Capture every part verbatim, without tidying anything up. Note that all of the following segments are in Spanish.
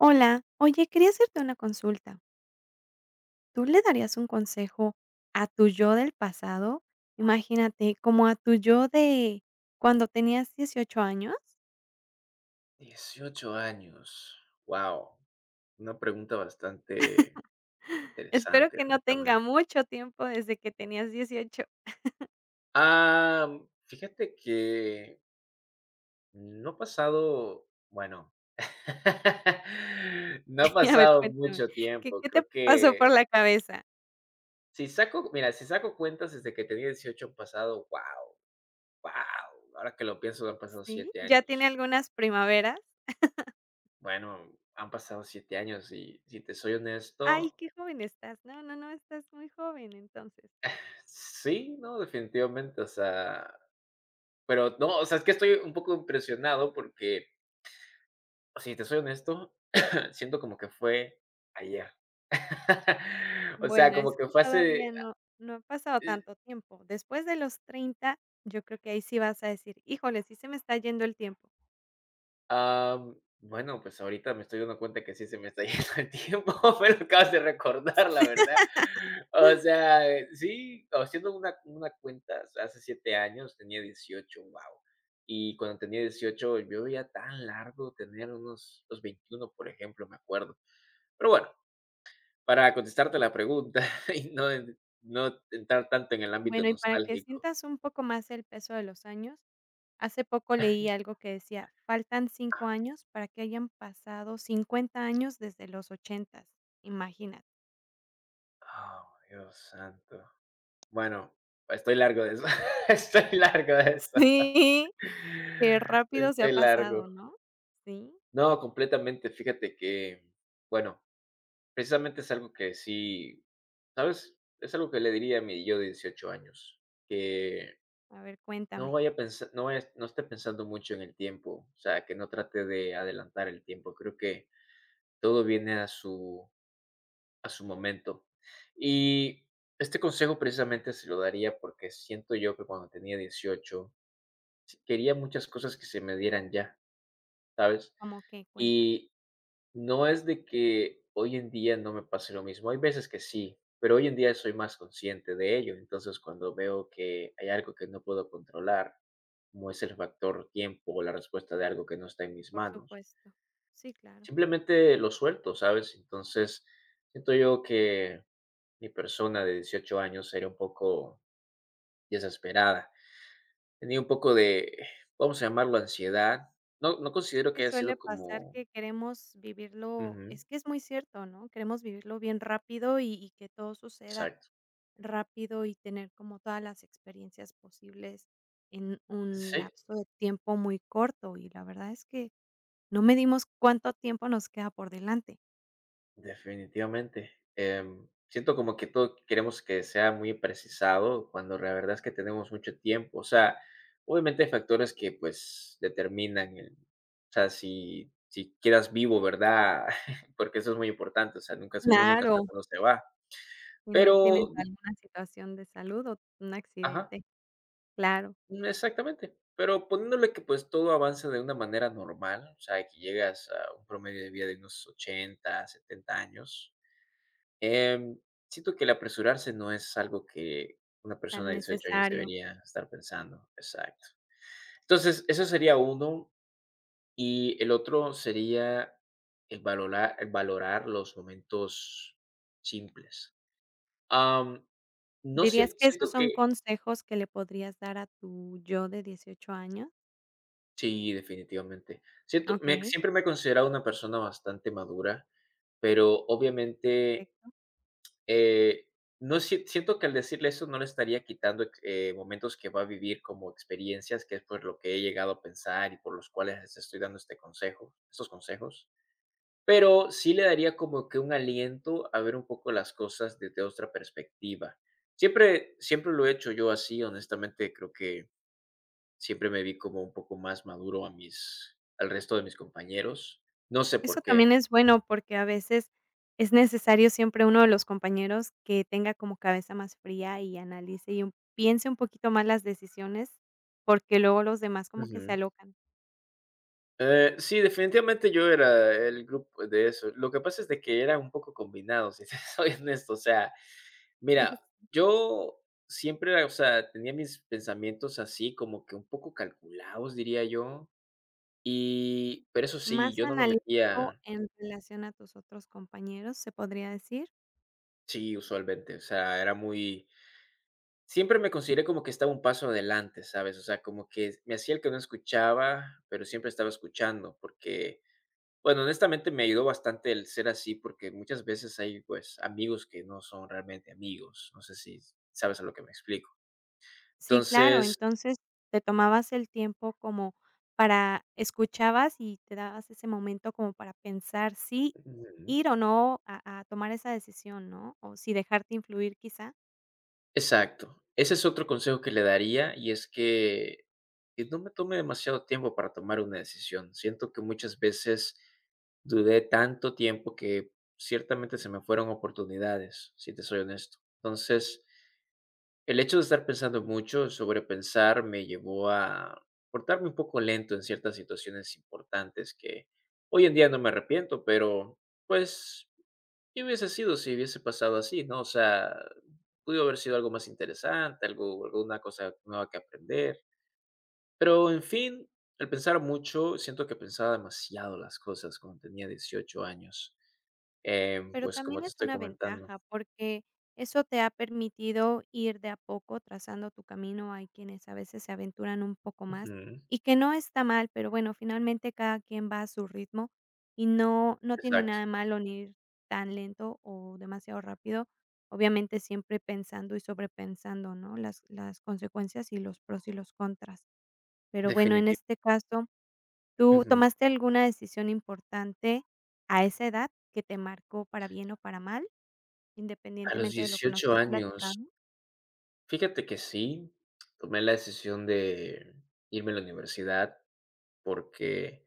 Hola, oye, quería hacerte una consulta. ¿Tú le darías un consejo a tu yo del pasado? Imagínate, como a tu yo de cuando tenías dieciocho años. Dieciocho años. Wow, una pregunta bastante Espero interesante, que no tenga honestamente. mucho tiempo desde que tenías dieciocho. Ah, mm, fíjate que no ha pasado, bueno, no ha A ver, pasado cuéntame, mucho ¿qué tiempo. qué te Creo pasó que por la cabeza? si saco, mira, si saco cuentas desde que tenía dieciocho han pasado, wow, wow. Ahora que lo pienso, han pasado Sí, siete ¿ya tiene años. algunas primaveras? Bueno, han pasado siete años y si te soy Ay, honesto, qué joven estás. No, no, no, estás muy joven, entonces. sí, no, definitivamente, o sea. Pero no, o sea, es que estoy un poco impresionado porque, si te soy honesto, siento como que fue ayer. O sea, Bueno, es como que que fue todavía hace, no no ha pasado eh, tanto tiempo. Después de los treinta, yo creo que ahí sí vas a decir: "Híjole, sí se me está yendo el tiempo". am, bueno, pues ahorita me estoy dando cuenta que sí se me está yendo el tiempo, me lo acabas de recordar, la verdad. O sea, eh, sí, haciendo una una cuenta, o sea, hace siete años tenía dieciocho, wow. Y cuando tenía dieciocho yo veía tan largo tener unos los veintiuno, por ejemplo, me acuerdo. Pero bueno. Para contestarte la pregunta y no en no entrar tanto en el ámbito Bueno, y para que nostálgico. sientas un poco más el peso de los años, hace poco leí algo que decía: "Faltan cinco años para que hayan pasado cincuenta años desde los ochentas". S Imagínate. Oh, Dios santo. Bueno, estoy largo de eso, estoy largo de eso. Sí, qué rápido se ha Estoy largo. pasado, ¿no? Sí. No, completamente. Fíjate que, bueno, precisamente es algo que sí, ¿sabes? Es algo que le diría a mi yo de dieciocho años, que A ver, no cuéntame. vaya a pensa no vayas no esté pensando mucho en el tiempo, o sea, que no trate de adelantar el tiempo. Creo que todo viene a su a su momento. Y este consejo precisamente se lo daría porque siento yo que cuando tenía dieciocho sí quería muchas cosas que se me dieran ya, ¿sabes? ¿Cómo qué? Cuéntame. Y no es de que hoy en día no me pase lo mismo, hay veces que sí, pero hoy en día soy más consciente de ello, entonces cuando veo que hay algo que no puedo controlar, como es el factor tiempo o la respuesta de algo que no está en mis Por manos, supuesto. Sí, claro. simplemente lo suelto, ¿sabes? Entonces siento yo que mi persona de dieciocho años era un poco desesperada. Tenía un poco de, vamos a llamarlo, ansiedad. No, no Es considero que que haya suele sido pasar como. que queremos vivirlo, Ujú, es que es muy cierto, ¿no? Queremos vivirlo bien rápido y, y que todo suceda exacto. rápido y tener como todas las experiencias posibles en un Sí, lapso de tiempo muy corto. Y la verdad es que no medimos cuánto tiempo nos queda por delante. definitivamente. Em, siento como que todo queremos que sea muy precisado, cuando la verdad es que tenemos mucho tiempo. O sea, obviamente hay factores que pues determinan el. O sea, si, si quedas vivo, ¿verdad? Porque eso es muy importante. O sea, nunca, uno nunca sabe Claro. cuándo se va. Si no tienes Pero, di- alguna situación de salud o un ajá. accidente, claro, Exactamente, pero poniéndole que, pues, todo avanza de una manera normal, o sea, que llegas a un promedio de vida de unos ochenta, setenta años, em, siento que el apresurarse no es algo que una persona tan de dieciocho años necesario. debería estar pensando, exacto. Entonces, eso sería uno, y el otro sería el valorar el valorar los momentos simples. Am, no ¿Dirías sien que esos siento son que. consejos que le podrías dar a tu yo de dieciocho años? Sí, definitivamente. Siento Ok, me siempre me he considerado una persona bastante madura, pero obviamente, perfecto. eh, no sie siento que al decirle eso no le estaría quitando ex eh, momentos que va a vivir, como experiencias, que es por lo que he llegado a pensar y por los cuales les estoy dando este consejo, estos consejos. Pero sí le daría como que un aliento a ver un poco las cosas desde otra perspectiva. Siempre, siempre lo he hecho yo así, honestamente, creo que. Siempre me vi como un poco más maduro a mis al resto de mis compañeros. No sé Eso por qué. también es bueno, porque a veces es necesario siempre uno de los compañeros que tenga como cabeza más fría y analice y un piense un poquito más las decisiones, porque luego los demás como que se Ujú. alocan. Eh, sí, definitivamente yo era el grupo de eso. Lo que pasa es de que era un poco combinado, si te soy honesto. O sea, mira, yo siempre era, o sea, tenía mis pensamientos así como que un poco calculados, diría yo. Y pero eso sí, Más yo no me analítico metía. en relación a tus otros compañeros, ¿se podría decir? Sí, usualmente, o sea, era muy. Siempre me consideré como que estaba un paso adelante, ¿sabes? O sea, como que me hacía el que no escuchaba, pero siempre estaba escuchando, porque, bueno, honestamente me ayudó bastante el ser así, porque muchas veces hay, pues, amigos que no son realmente amigos. No sé si sabes a lo que me explico. Sí, claro, Entonces, entonces te tomabas el tiempo como para escuchabas y te dabas ese momento como para pensar si ujú. ir o no a a tomar esa decisión, ¿no? O si dejarte influir, quizá. Exacto. Ese es otro consejo que le daría, y es que que no me tome demasiado tiempo para tomar una decisión. Siento que muchas veces dudé tanto tiempo que ciertamente se me fueron oportunidades, si te soy honesto. Entonces, el hecho de estar pensando mucho, sobrepensar, me llevó a portarme un poco lento en ciertas situaciones importantes, que hoy en día no me arrepiento, pero pues, ¿qué hubiese sido si hubiese pasado así, no? O sea, pudo haber sido algo más interesante, algo alguna cosa nueva que aprender. Pero, en fin, al pensar mucho, siento que pensaba demasiado las cosas cuando tenía dieciocho años. Em, Pero pues, como también te es estoy una comentando. ventaja, porque eso te ha permitido ir de a poco trazando tu camino. Hay quienes a veces se aventuran un poco más Ujú, y que no está mal, pero bueno, finalmente cada quien va a su ritmo y no no tiene exacto, nada de malo ni ir tan lento o demasiado rápido. Obviamente, siempre pensando y sobrepensando, ¿no?, las las consecuencias y los pros y los contras. Pero bueno, en definitivo. este caso, ¿tú Ujú. tomaste alguna decisión importante a esa edad que te marcó para bien o para mal? A los Independientemente de lo que nos dieciocho has años, platicado. fíjate que sí, tomé la decisión de irme a la universidad porque.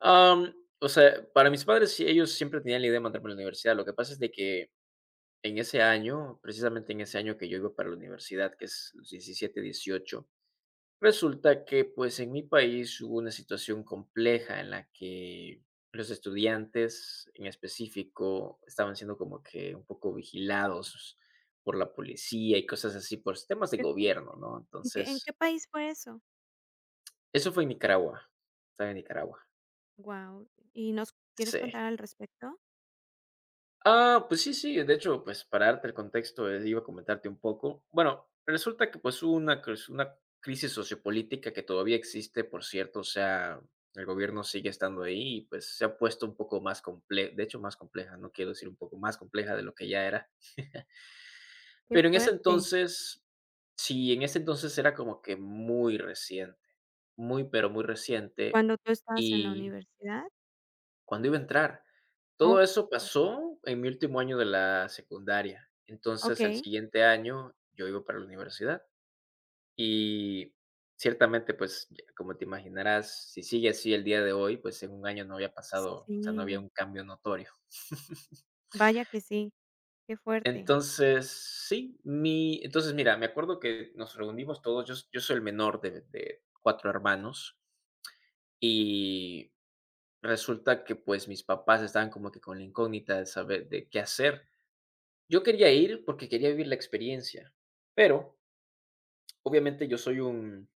Am, o sea, para mis padres, sí, ellos siempre tenían la idea de mandarme a la universidad. Lo que pasa es de que en ese año, precisamente en ese año que yo iba para la universidad, que es los diecisiete, dieciocho, resulta que pues en mi país hubo una situación compleja en la que los estudiantes en específico estaban siendo como que un poco vigilados por la policía y cosas así, por temas de Qué gobierno, fuerte. ¿no? ¿En qué en qué Entonces, país fue eso? eso fue en Nicaragua. Estaba en Nicaragua. Wow. ¿Y nos quieres Sí. contar al respecto? Ah, pues sí, sí, de hecho, pues para darte el contexto, eh, iba a comentarte un poco. Bueno, resulta que pues hubo una, cris- una crisis sociopolítica que todavía existe, por cierto, o sea, el gobierno sigue estando ahí y pues se ha puesto un poco más compleja, de hecho más compleja, no quiero decir un poco más compleja de lo que ya era, Qué pero en ese fuerte. entonces, sí, en ese entonces era como que muy reciente, muy, pero muy reciente, ¿Cuando tú estabas en la y. universidad? ¿Cuándo iba a entrar? Todo Oh, eso pasó en mi último año de la secundaria. Entonces, al okey. siguiente año yo iba para la universidad y ciertamente, pues, ya como te imaginarás, si sigue así el día de hoy, pues, en un año no había pasado, o sea, no había Sí, un cambio notorio. vaya que sí, qué fuerte. Entonces, sí, mi entonces, mira, me acuerdo que nos reunimos todos, yo s yo soy el menor de de cuatro hermanos, y resulta que, pues, mis papás estaban como que con la incógnita de saber de qué hacer. Yo quería ir porque quería vivir la experiencia, pero obviamente yo soy un,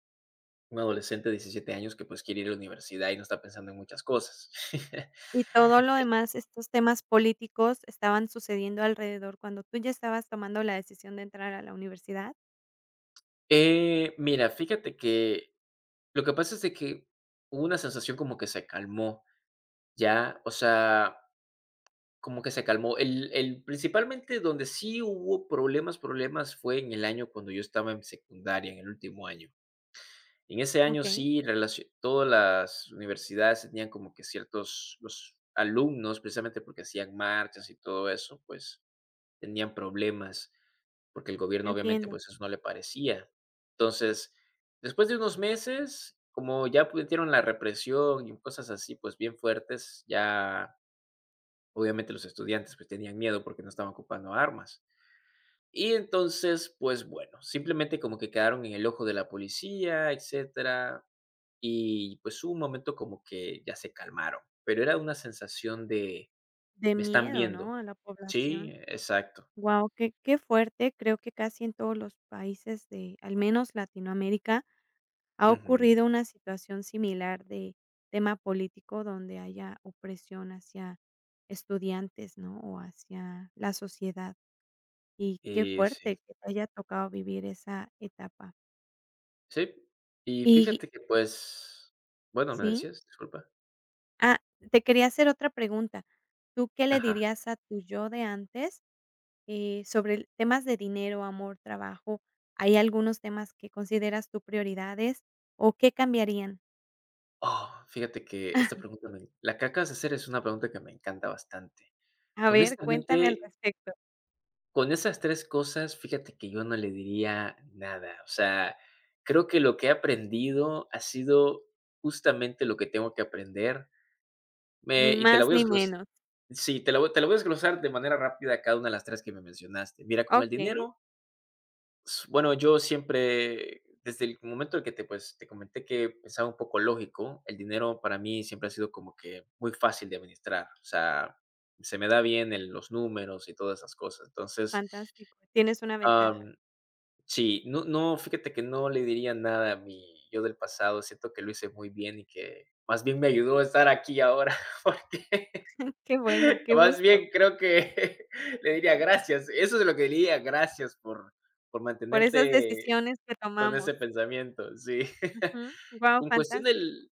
un adolescente de diecisiete años que pues quiere ir a la universidad y no está pensando en muchas cosas. Y todo lo demás, estos temas políticos estaban sucediendo alrededor cuando tú ya estabas tomando la decisión de entrar a la universidad. Eh, mira, fíjate que lo que pasa es de que hubo una sensación como que se calmó, ya, o sea, como que se calmó. El, el, principalmente donde sí hubo problemas, problemas, fue en el año cuando yo estaba en secundaria, en el último año. En ese año Okey, sí, relacio todas las universidades tenían como que ciertos los alumnos, precisamente porque hacían marchas y todo eso, pues, tenían problemas, porque el gobierno obviamente, entiendo. pues, eso no le parecía. Entonces, después de unos meses, como ya metieron la represión y cosas así, pues, bien fuertes, ya obviamente los estudiantes, pues, tenían miedo porque no estaban ocupando armas. Y entonces, pues, bueno, simplemente como que quedaron en el ojo de la policía, etcétera. Y, pues, hubo un momento como que ya se calmaron, pero era una sensación de: De "Me están miedo, viendo". ¿no?, a la Sí, población. exacto. Wow, qué qué fuerte. Creo que casi en todos los países de, al menos Latinoamérica, ha Ujú. ocurrido una situación similar de tema político donde haya opresión hacia estudiantes, ¿no? O hacia la sociedad. Y qué Y sí. fuerte que te haya tocado vivir esa etapa. Sí. Y Y fíjate que, pues bueno, ¿me ¿sí? decías? Disculpa. Ah, te quería hacer otra pregunta. ¿Tú qué le Ajá. dirías a tu yo de antes eh, sobre el temas de dinero, amor, trabajo, ¿hay algunos temas que consideras tú prioridades o qué cambiarían? Oh, fíjate que esta pregunta me la que acabas de hacer es una pregunta que me encanta bastante. A ver, cuéntame al Honestamente, respecto. con esas tres cosas, fíjate que yo no le diría nada. O sea, creo que lo que he aprendido ha sido justamente lo que tengo que aprender. Me Ni y te la más voy a ni desglos menos. Sí, te la voy te la voy a desglosar de manera rápida cada una de las tres que me mencionaste. Mira, con el Okey, dinero, s bueno, yo siempre, desde el momento en que te, pues, te comenté que pensaba un poco lógico, el dinero para mí siempre ha sido como que muy fácil de administrar. O sea, se me da bien el los números y todas esas cosas. Entonces, fantástico. Tienes una ventaja. am, sí, no, no, fíjate que no le diría nada a mi yo del pasado. Siento que lo hice muy bien y que más bien me ayudó a estar aquí ahora. Qué bueno, qué Más gusto bien creo que le diría gracias. Eso es lo que diría, gracias por por por esas mantenerte decisiones que con ese tomamos. pensamiento, sí. Wow, Con cuestión fantástico, del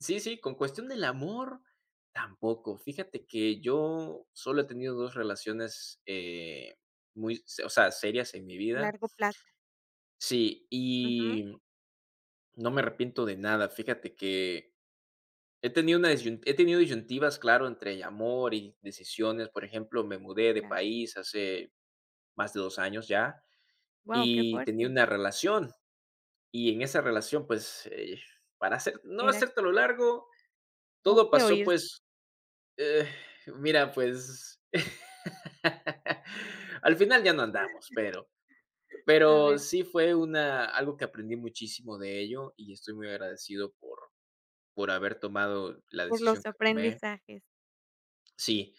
sí, sí, con cuestión del amor, tampoco. Fíjate que yo solo he tenido dos relaciones, eh, muy, se- o sea, serias en mi a vida. largo plazo. Sí, Ujú, y no me arrepiento de nada. Fíjate que he tenido una disyun he tenido disyuntivas, claro, entre amor y decisiones. Por ejemplo, me mudé de claro. país hace más de dos años ya, Wow, qué y tenía fuerte. una relación, y en esa Hijo, relación, pues, eh, para hacer no era hacértelo largo, todo fuerte pasó, oírse, pues, eh, mira, pues, al final ya no andamos, pero a pero ver, sí fue una algo que aprendí muchísimo de ello, y estoy muy agradecido por por haber tomado la por decisión los que tomé. aprendizajes. Sí,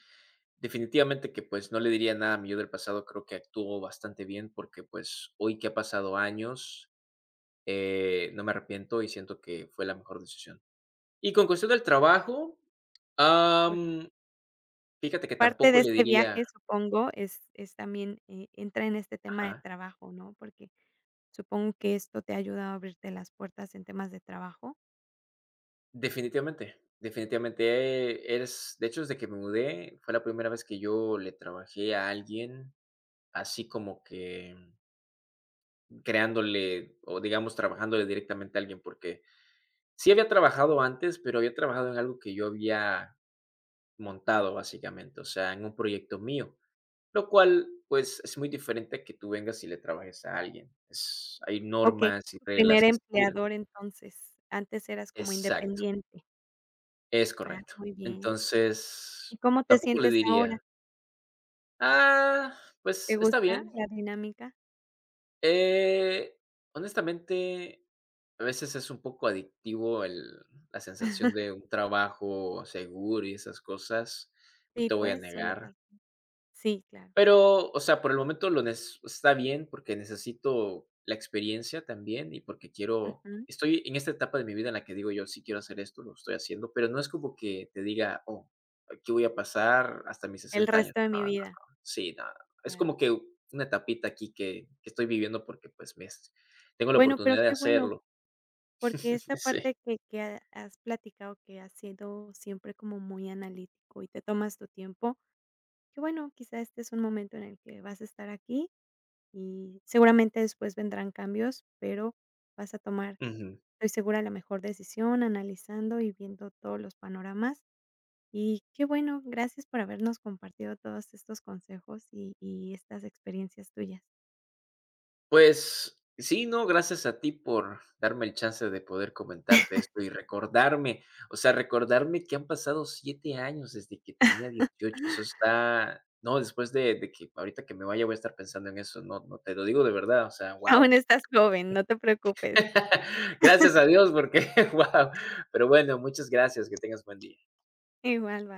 definitivamente que, pues, no le diría nada a mi yo del pasado, creo que actuó bastante bien porque, pues, hoy que ha pasado años. Eh, no me arrepiento y siento que fue la mejor decisión. Y con cuestión del trabajo, am, fíjate que Parte de tampoco le este diría, viaje, supongo, es es también, eh, entra en este tema de ajá, trabajo, ¿no? Porque supongo que esto te ha ayudado a abrirte las puertas en temas de trabajo. definitivamente, definitivamente eres de hecho, desde que me mudé, fue la primera vez que yo le trabajé a alguien, así como que creándole o digamos, trabajándole directamente a alguien, porque sí había trabajado antes, pero había trabajado en algo que yo había montado, básicamente, o sea, en un proyecto mío. Lo cual, pues, es muy diferente a que tú vengas y le trabajes a alguien. Es hay Okey, normas y tu primer reglas que seguir. empleador, entonces, antes eras como Exacto, independiente. es Ah, correcto. muy bien. ¿Y Entonces, cómo te tampoco le sientes ahora? diría: "Ah, pues, ¿Te está gusta bien". la dinámica? Eh, honestamente, a veces es un poco adictivo el la sensación de un trabajo seguro y esas cosas, no Sí, te voy a pues, suele negar. pasar. Sí, claro. Pero, o sea, por el momento lo nes está bien, porque necesito la experiencia también, y porque quiero Ujú. estoy en esta etapa de mi vida en la que digo yo: "Sí quiero hacer esto, lo estoy haciendo", pero no es como que te diga: "Oh, aquí voy a pasar hasta mis El sesenta años". resto de No, mi no, no. vida, Sí, nada. Es claro. como que una etapita aquí que que estoy viviendo porque, pues, me tengo la Bueno, pero oportunidad de qué bueno. hacerlo. Porque esta Sí. parte que que ha has platicado que has sido siempre como muy analítico y te tomas tu tiempo, que bueno, quizá este es un momento en el que vas a estar aquí y seguramente después vendrán cambios, pero vas a tomar, Ujú. estoy segura, la mejor decisión analizando y viendo todos los panoramas. Y qué bueno, gracias por habernos compartido todos estos consejos y y estas experiencias tuyas. Pues sí, no, gracias a ti por darme el chance de poder comentarte esto y recordarme, o sea, recordarme que han pasado siete años desde que tenía dieciocho. Eso está, no, después de de que ahorita que me vaya voy a estar pensando en eso, no, no, te lo digo de verdad, o sea, guau. Aún estás joven, no te preocupes. Gracias a Dios porque, guau. Pero bueno, muchas gracias, que tengas buen día. Igual, va